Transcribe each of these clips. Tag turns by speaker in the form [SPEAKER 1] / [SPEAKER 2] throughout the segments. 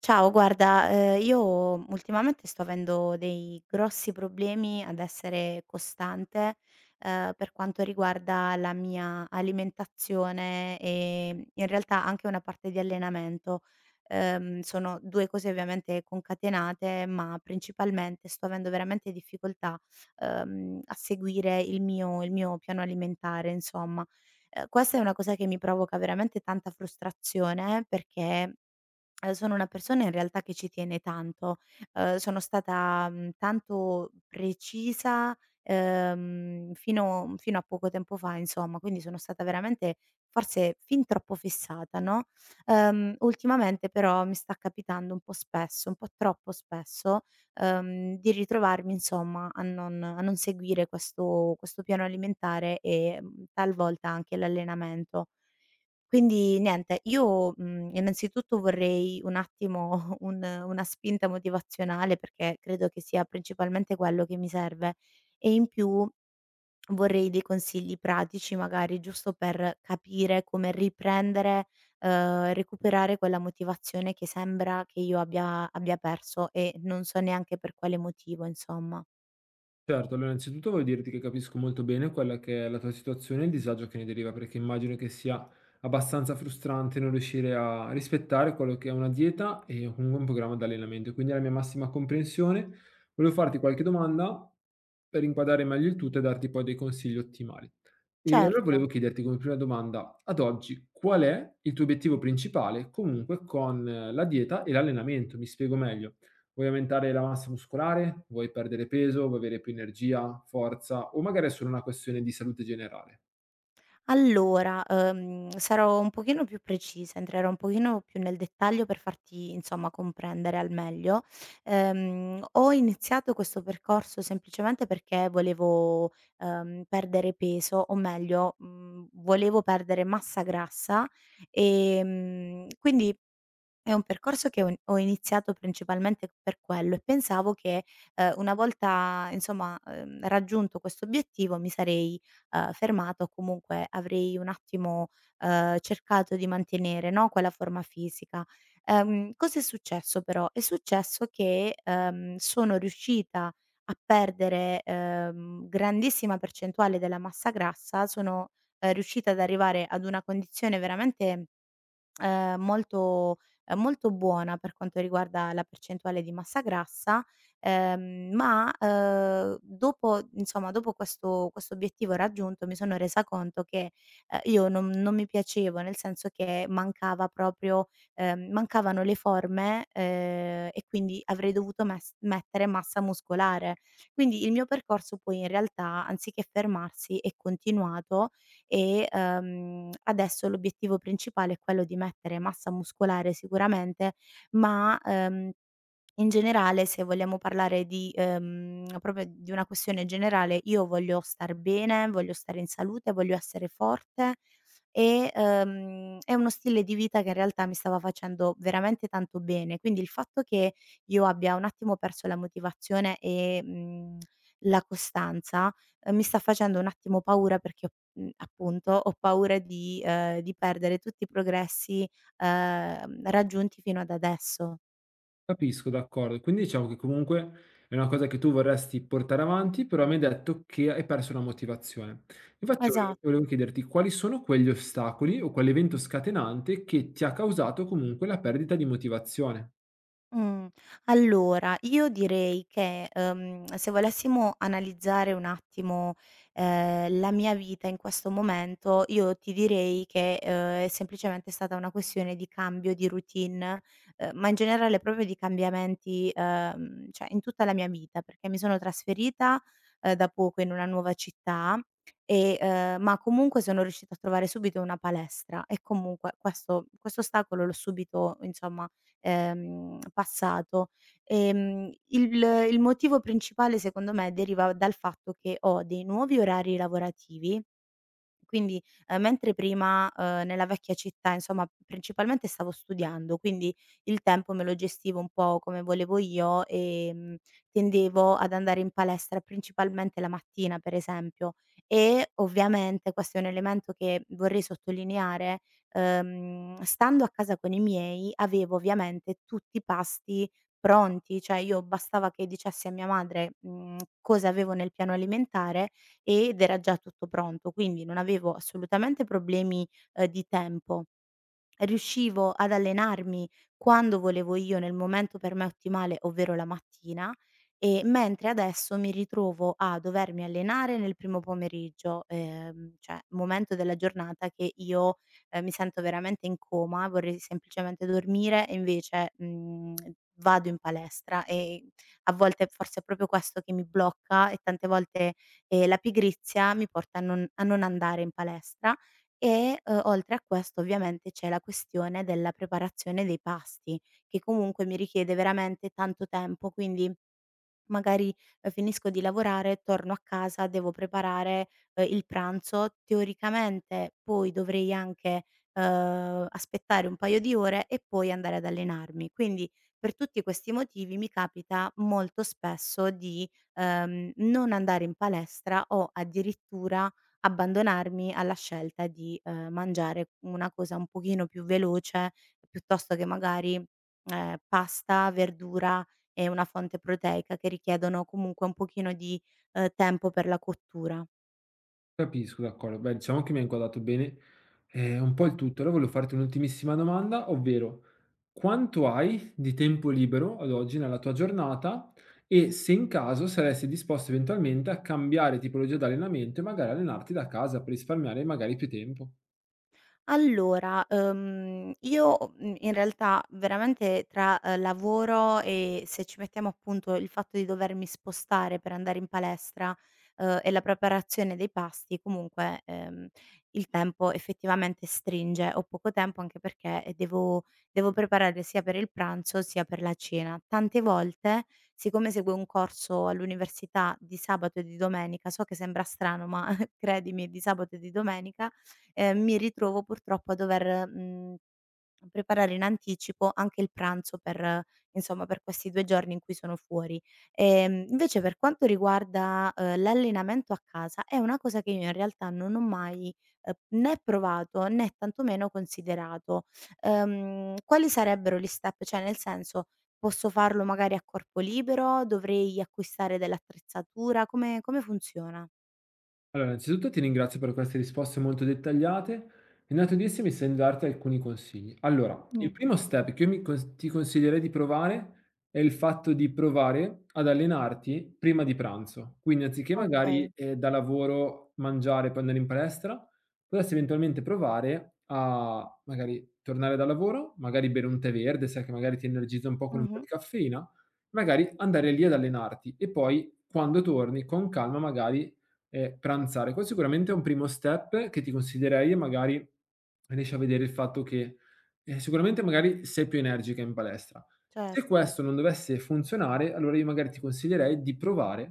[SPEAKER 1] Ciao, guarda, io ultimamente sto avendo dei grossi problemi ad essere costante, per quanto riguarda la mia alimentazione e in realtà anche una parte di allenamento. Sono 2 cose ovviamente concatenate, ma principalmente sto avendo veramente difficoltà, a seguire il mio piano alimentare insomma. Questa è una cosa che mi provoca veramente tanta frustrazione perché sono una persona in realtà che ci tiene tanto. Sono stata, tanto precisa, fino a poco tempo fa insomma, quindi sono stata veramente forse fin troppo fissata, no, ultimamente però mi sta capitando un po' spesso, un po' troppo spesso, di ritrovarmi insomma a non seguire questo piano alimentare e, talvolta anche l'allenamento. Quindi niente, io, innanzitutto vorrei un attimo un una spinta motivazionale, perché credo che sia principalmente quello che mi serve, e in più vorrei dei consigli pratici magari, giusto per capire come riprendere, recuperare quella motivazione che sembra che io abbia perso e non so neanche per quale motivo, insomma.
[SPEAKER 2] Certo, allora innanzitutto voglio dirti che capisco molto bene quella che è la tua situazione e il disagio che ne deriva, perché immagino che sia abbastanza frustrante non riuscire a rispettare quello che è una dieta e comunque un programma di allenamento. Quindi alla mia massima comprensione, volevo farti qualche domanda per inquadrare meglio il tutto e darti poi dei consigli ottimali. E allora
[SPEAKER 1] Certo.
[SPEAKER 2] volevo chiederti come prima domanda, ad oggi qual è il tuo obiettivo principale comunque con la dieta e l'allenamento? Mi spiego meglio. Vuoi aumentare la massa muscolare? Vuoi perdere peso? Vuoi avere più energia, forza? O magari è solo una questione di salute generale?
[SPEAKER 1] Allora, sarò un pochino più precisa, entrerò un pochino più nel dettaglio per farti, insomma, comprendere al meglio. Ho iniziato questo percorso semplicemente perché volevo, perdere peso, o meglio, volevo perdere massa grassa, quindi è un percorso che ho iniziato principalmente per quello e pensavo che, una volta insomma, raggiunto questo obiettivo mi sarei, fermata o comunque avrei un attimo, cercato di mantenere, no, quella forma fisica. Cos'è successo però? È successo che, sono riuscita a perdere, grandissima percentuale della massa grassa, sono, riuscita ad arrivare ad una condizione veramente molto molto buona per quanto riguarda la percentuale di massa grassa, ma, dopo insomma, dopo questo obiettivo raggiunto mi sono resa conto che, io non mi piacevo, nel senso che mancava proprio mancavano le forme, e quindi avrei dovuto mes mettere massa muscolare. Quindi il mio percorso poi in realtà, anziché fermarsi, è continuato e, adesso l'obiettivo principale è quello di mettere massa muscolare sicuramente, ma, in generale, se vogliamo parlare di proprio di una questione generale, io voglio star bene, voglio stare in salute, voglio essere forte e, è uno stile di vita che in realtà mi stava facendo veramente tanto bene. Quindi il fatto che io abbia un attimo perso la motivazione e, la costanza, mi sta facendo un attimo paura perché ho appunto, ho paura di perdere tutti i progressi, raggiunti fino ad adesso.
[SPEAKER 2] Capisco, d'accordo. Quindi diciamo che comunque è una cosa che tu vorresti portare avanti, però mi hai detto che hai perso la motivazione. Infatti volevo
[SPEAKER 1] Esatto.
[SPEAKER 2] chiederti quali sono quegli ostacoli o quell'evento scatenante che ti ha causato comunque la perdita di motivazione?
[SPEAKER 1] Mhmm, allora io direi che, se volessimo analizzare un attimo, la mia vita in questo momento, io ti direi che, è semplicemente stata una questione di cambio di routine, ma in generale proprio di cambiamenti, cioè in tutta la mia vita, perché mi sono trasferita, da poco in una nuova città e, ma comunque sono riuscita a trovare subito una palestra e comunque questo ostacolo l'ho subito insomma passato. Ehm, il il motivo principale secondo me deriva dal fatto che ho dei nuovi orari lavorativi quindi, mentre prima, nella vecchia città, insomma, principalmente stavo studiando, quindi il tempo me lo gestivo un po' come volevo io, tendevo ad andare in palestra principalmente la mattina, per esempio. E ovviamente questo è un elemento che vorrei sottolineare, stando a casa con i miei avevo ovviamente tutti i pasti pronti, cioè io bastava che dicessi a mia madre, cosa avevo nel piano alimentare ed era già tutto pronto, quindi non avevo assolutamente problemi, di tempo. Riuscivo ad allenarmi quando volevo io, nel momento per me ottimale, ovvero la mattina, mentre adesso mi ritrovo a dovermi allenare nel primo pomeriggio, cioè momento della giornata che io, mi sento veramente in coma, vorrei semplicemente dormire e invece, vado in palestra e a volte forse è proprio questo che mi blocca e tante volte, la pigrizia mi porta a non andare in palestra e, oltre a questo ovviamente c'è la questione della preparazione dei pasti, che comunque mi richiede veramente tanto tempo, quindi magari, finisco di lavorare, torno a casa, devo preparare, il pranzo. Teoricamente poi dovrei anche, aspettare un paio di ore e poi andare ad allenarmi. Quindi per tutti questi motivi mi capita molto spesso di, non andare in palestra o addirittura abbandonarmi alla scelta di, mangiare una cosa un pochino più veloce piuttosto che magari, pasta, verdura e una fonte proteica che richiedono comunque un pochino di, tempo per la cottura.
[SPEAKER 2] Capisco, d'accordo. Beh, diciamo che mi hai inquadrato bene, un po' il tutto. Allora volevo farti un'ultimissima domanda, ovvero: quanto hai di tempo libero ad oggi nella tua giornata e se in caso saresti disposto eventualmente a cambiare tipologia di allenamento e magari allenarti da casa per risparmiare magari più tempo?
[SPEAKER 1] Allora, io, in realtà veramente tra, lavoro e se ci mettiamo appunto il fatto di dovermi spostare per andare in palestra, e la preparazione dei pasti, comunque, il tempo effettivamente stringe. Ho poco tempo anche perché, devo preparare sia per il pranzo sia per la cena. Tante volte, siccome seguo un corso all'università di sabato e di domenica, so che sembra strano, ma credimi, di sabato e di domenica, mi ritrovo purtroppo a dover, preparare in anticipo anche il pranzo per insomma, per questi 2 giorni in cui sono fuori. Invece per quanto riguarda, l'allenamento a casa, è una cosa che io in realtà non ho mai, uhm, né provato né tantomeno considerato. Quali sarebbero gli step? Cioè nel senso, posso farlo magari a corpo libero? Dovrei acquistare dell'attrezzatura? Come funziona?
[SPEAKER 2] Allora, innanzitutto ti ringrazio per queste risposte molto dettagliate. In atto di esse mi sento di darti alcuni consigli. Allora,
[SPEAKER 1] Mh.
[SPEAKER 2] il primo step che io ti consiglierei di provare è il fatto di provare ad allenarti prima di pranzo. Quindi, anziché magari
[SPEAKER 1] Okay.
[SPEAKER 2] da lavoro mangiare e poi andare in palestra, potresti eventualmente provare a magari tornare da lavoro, magari bere un tè verde, sai che magari ti energizza un po' con un po'
[SPEAKER 1] Mh-mh.
[SPEAKER 2] di caffeina, magari andare lì ad allenarti e poi quando torni con calma magari pranzare. Questo sicuramente è un primo step che ti consiglierei e magari riesci a vedere il fatto che, sicuramente magari sei più energica in palestra. Se
[SPEAKER 1] Certo.
[SPEAKER 2] questo non dovesse funzionare, allora io magari ti consiglierei di provare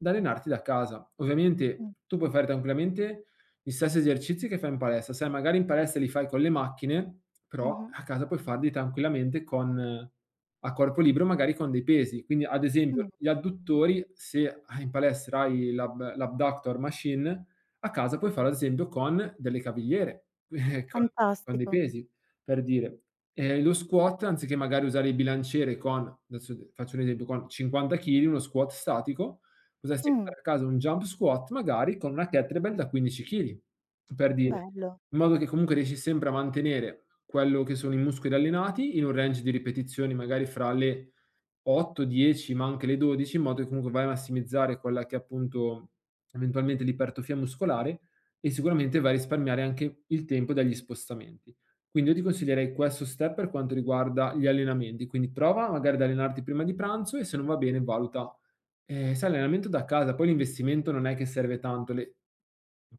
[SPEAKER 2] ad allenarti da casa. Ovviamente tu puoi fare tranquillamente gli stessi esercizi che fai in palestra, sai magari in palestra li fai con le macchine, però
[SPEAKER 1] Mh-mh.
[SPEAKER 2] a casa puoi farli tranquillamente con a corpo libero magari con dei pesi. Quindi ad
[SPEAKER 1] Mh.
[SPEAKER 2] esempio gli adduttori, se in palestra hai l'abductor machine, a casa puoi farlo ad esempio con delle cavigliere, con dei
[SPEAKER 1] Fantastico.
[SPEAKER 2] pesi per dire. Lo squat anziché magari usare il bilanciere con adesso d faccio un esempio, con 50 chili, uno squat statico, potresti
[SPEAKER 1] Mh,
[SPEAKER 2] fare a casa un jump squat magari con una kettlebell da 15 chili, per dire.
[SPEAKER 1] bello.
[SPEAKER 2] In modo che comunque riesci sempre a mantenere quello che sono i muscoli allenati in un range di ripetizioni magari fra le 8, 10, ma anche le 12, in modo che comunque vai a massimizzare quella che è appunto eventualmente l'ipertrofia muscolare e sicuramente vai a risparmiare anche il tempo dagli spostamenti. Quindi io ti consiglierei questo step per quanto riguarda gli allenamenti, quindi prova magari ad allenarti prima di pranzo e se non va bene valuta, sai allenamento da casa, poi l'investimento non è che serve tanto, le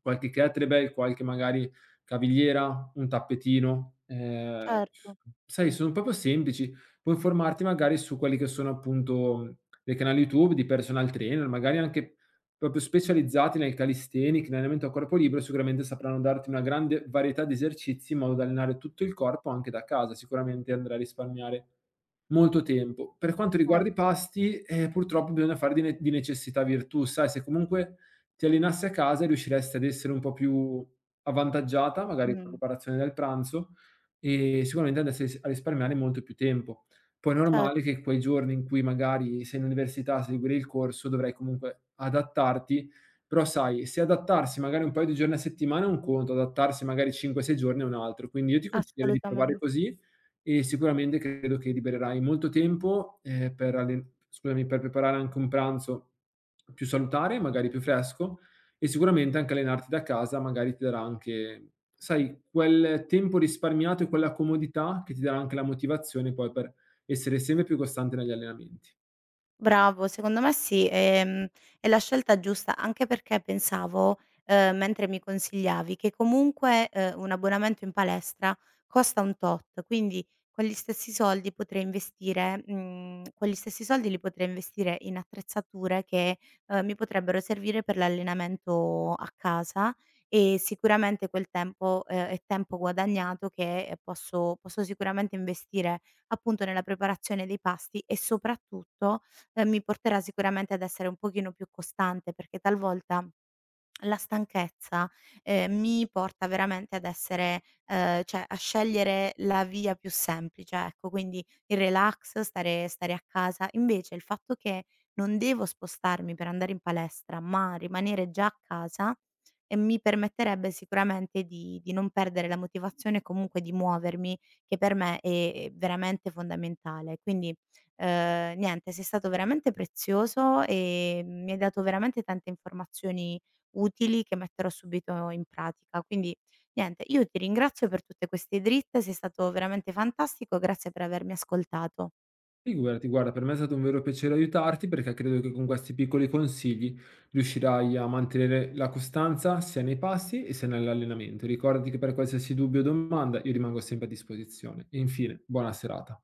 [SPEAKER 2] qualche kettlebell, qualche magari cavigliera, un tappetino,
[SPEAKER 1] Certo,
[SPEAKER 2] sai sono proprio semplici puoi informarti magari su quelli che sono appunto dei canali YouTube di personal trainer, magari anche proprio specializzati nel calisthenics, nell'allenamento a corpo libero, sicuramente sapranno darti una grande varietà di esercizi in modo da allenare tutto il corpo anche da casa, sicuramente andrai a risparmiare molto tempo. Per quanto riguarda i
[SPEAKER 1] certo.
[SPEAKER 2] pasti, purtroppo bisogna fare di necessità virtù, sai, se comunque ti allenassi a casa riusciresti ad essere un po' più avvantaggiata, magari con la
[SPEAKER 1] Mh,
[SPEAKER 2] preparazione del pranzo, e sicuramente andresti a risparmiare molto più tempo. Poi è normale
[SPEAKER 1] certo,
[SPEAKER 2] che quei giorni in cui magari sei in università a seguire il corso, dovrai comunque adattarti, però sai, se adattarsi magari un paio di giorni a settimana è un conto, adattarsi magari 5, 6 giorni è un altro. Quindi io ti consiglierei di provare
[SPEAKER 1] assolutamen
[SPEAKER 2] così e sicuramente credo che libererai molto tempo, per allen scusami, per preparare anche un pranzo più salutare, magari più fresco, e sicuramente anche allenarti da casa magari ti darà anche, sai, quel tempo risparmiato e quella comodità che ti darà anche la motivazione poi per essere sempre più costante negli allenamenti.
[SPEAKER 1] Bravo, secondo me sì, è la scelta giusta, anche perché pensavo, mentre mi consigliavi, che comunque, un abbonamento in palestra costa un tot, quindi quegli stessi soldi potrei investire quegli stessi soldi li potrei investire in attrezzature che, mi potrebbero servire per l'allenamento a casa e sicuramente quel tempo, è tempo guadagnato che, posso sicuramente investire appunto nella preparazione dei pasti e soprattutto, mi porterà sicuramente ad essere un pochino più costante, perché talvolta la stanchezza, mi porta veramente ad essere cioè a scegliere la via più semplice, ecco, quindi il relax, stare a casa. Invece il fatto che non devo spostarmi per andare in palestra, ma rimanere già a casa, mi permetterebbe sicuramente di non perdere la motivazione, e comunque di muovermi, che per me è veramente fondamentale. Quindi, niente, sei stato veramente prezioso e mi hai dato veramente tante informazioni utili che metterò subito in pratica. Quindi niente, io ti ringrazio per tutte queste dritte, sei stato veramente fantastico, grazie per avermi ascoltato.
[SPEAKER 2] Figurati, guarda, per me è stato un vero piacere aiutarti perché credo che con questi piccoli consigli riuscirai a mantenere la costanza sia nei passi e sia nell'allenamento. Ricordati che per qualsiasi dubbio o domanda io rimango sempre a disposizione. E infine, buona serata.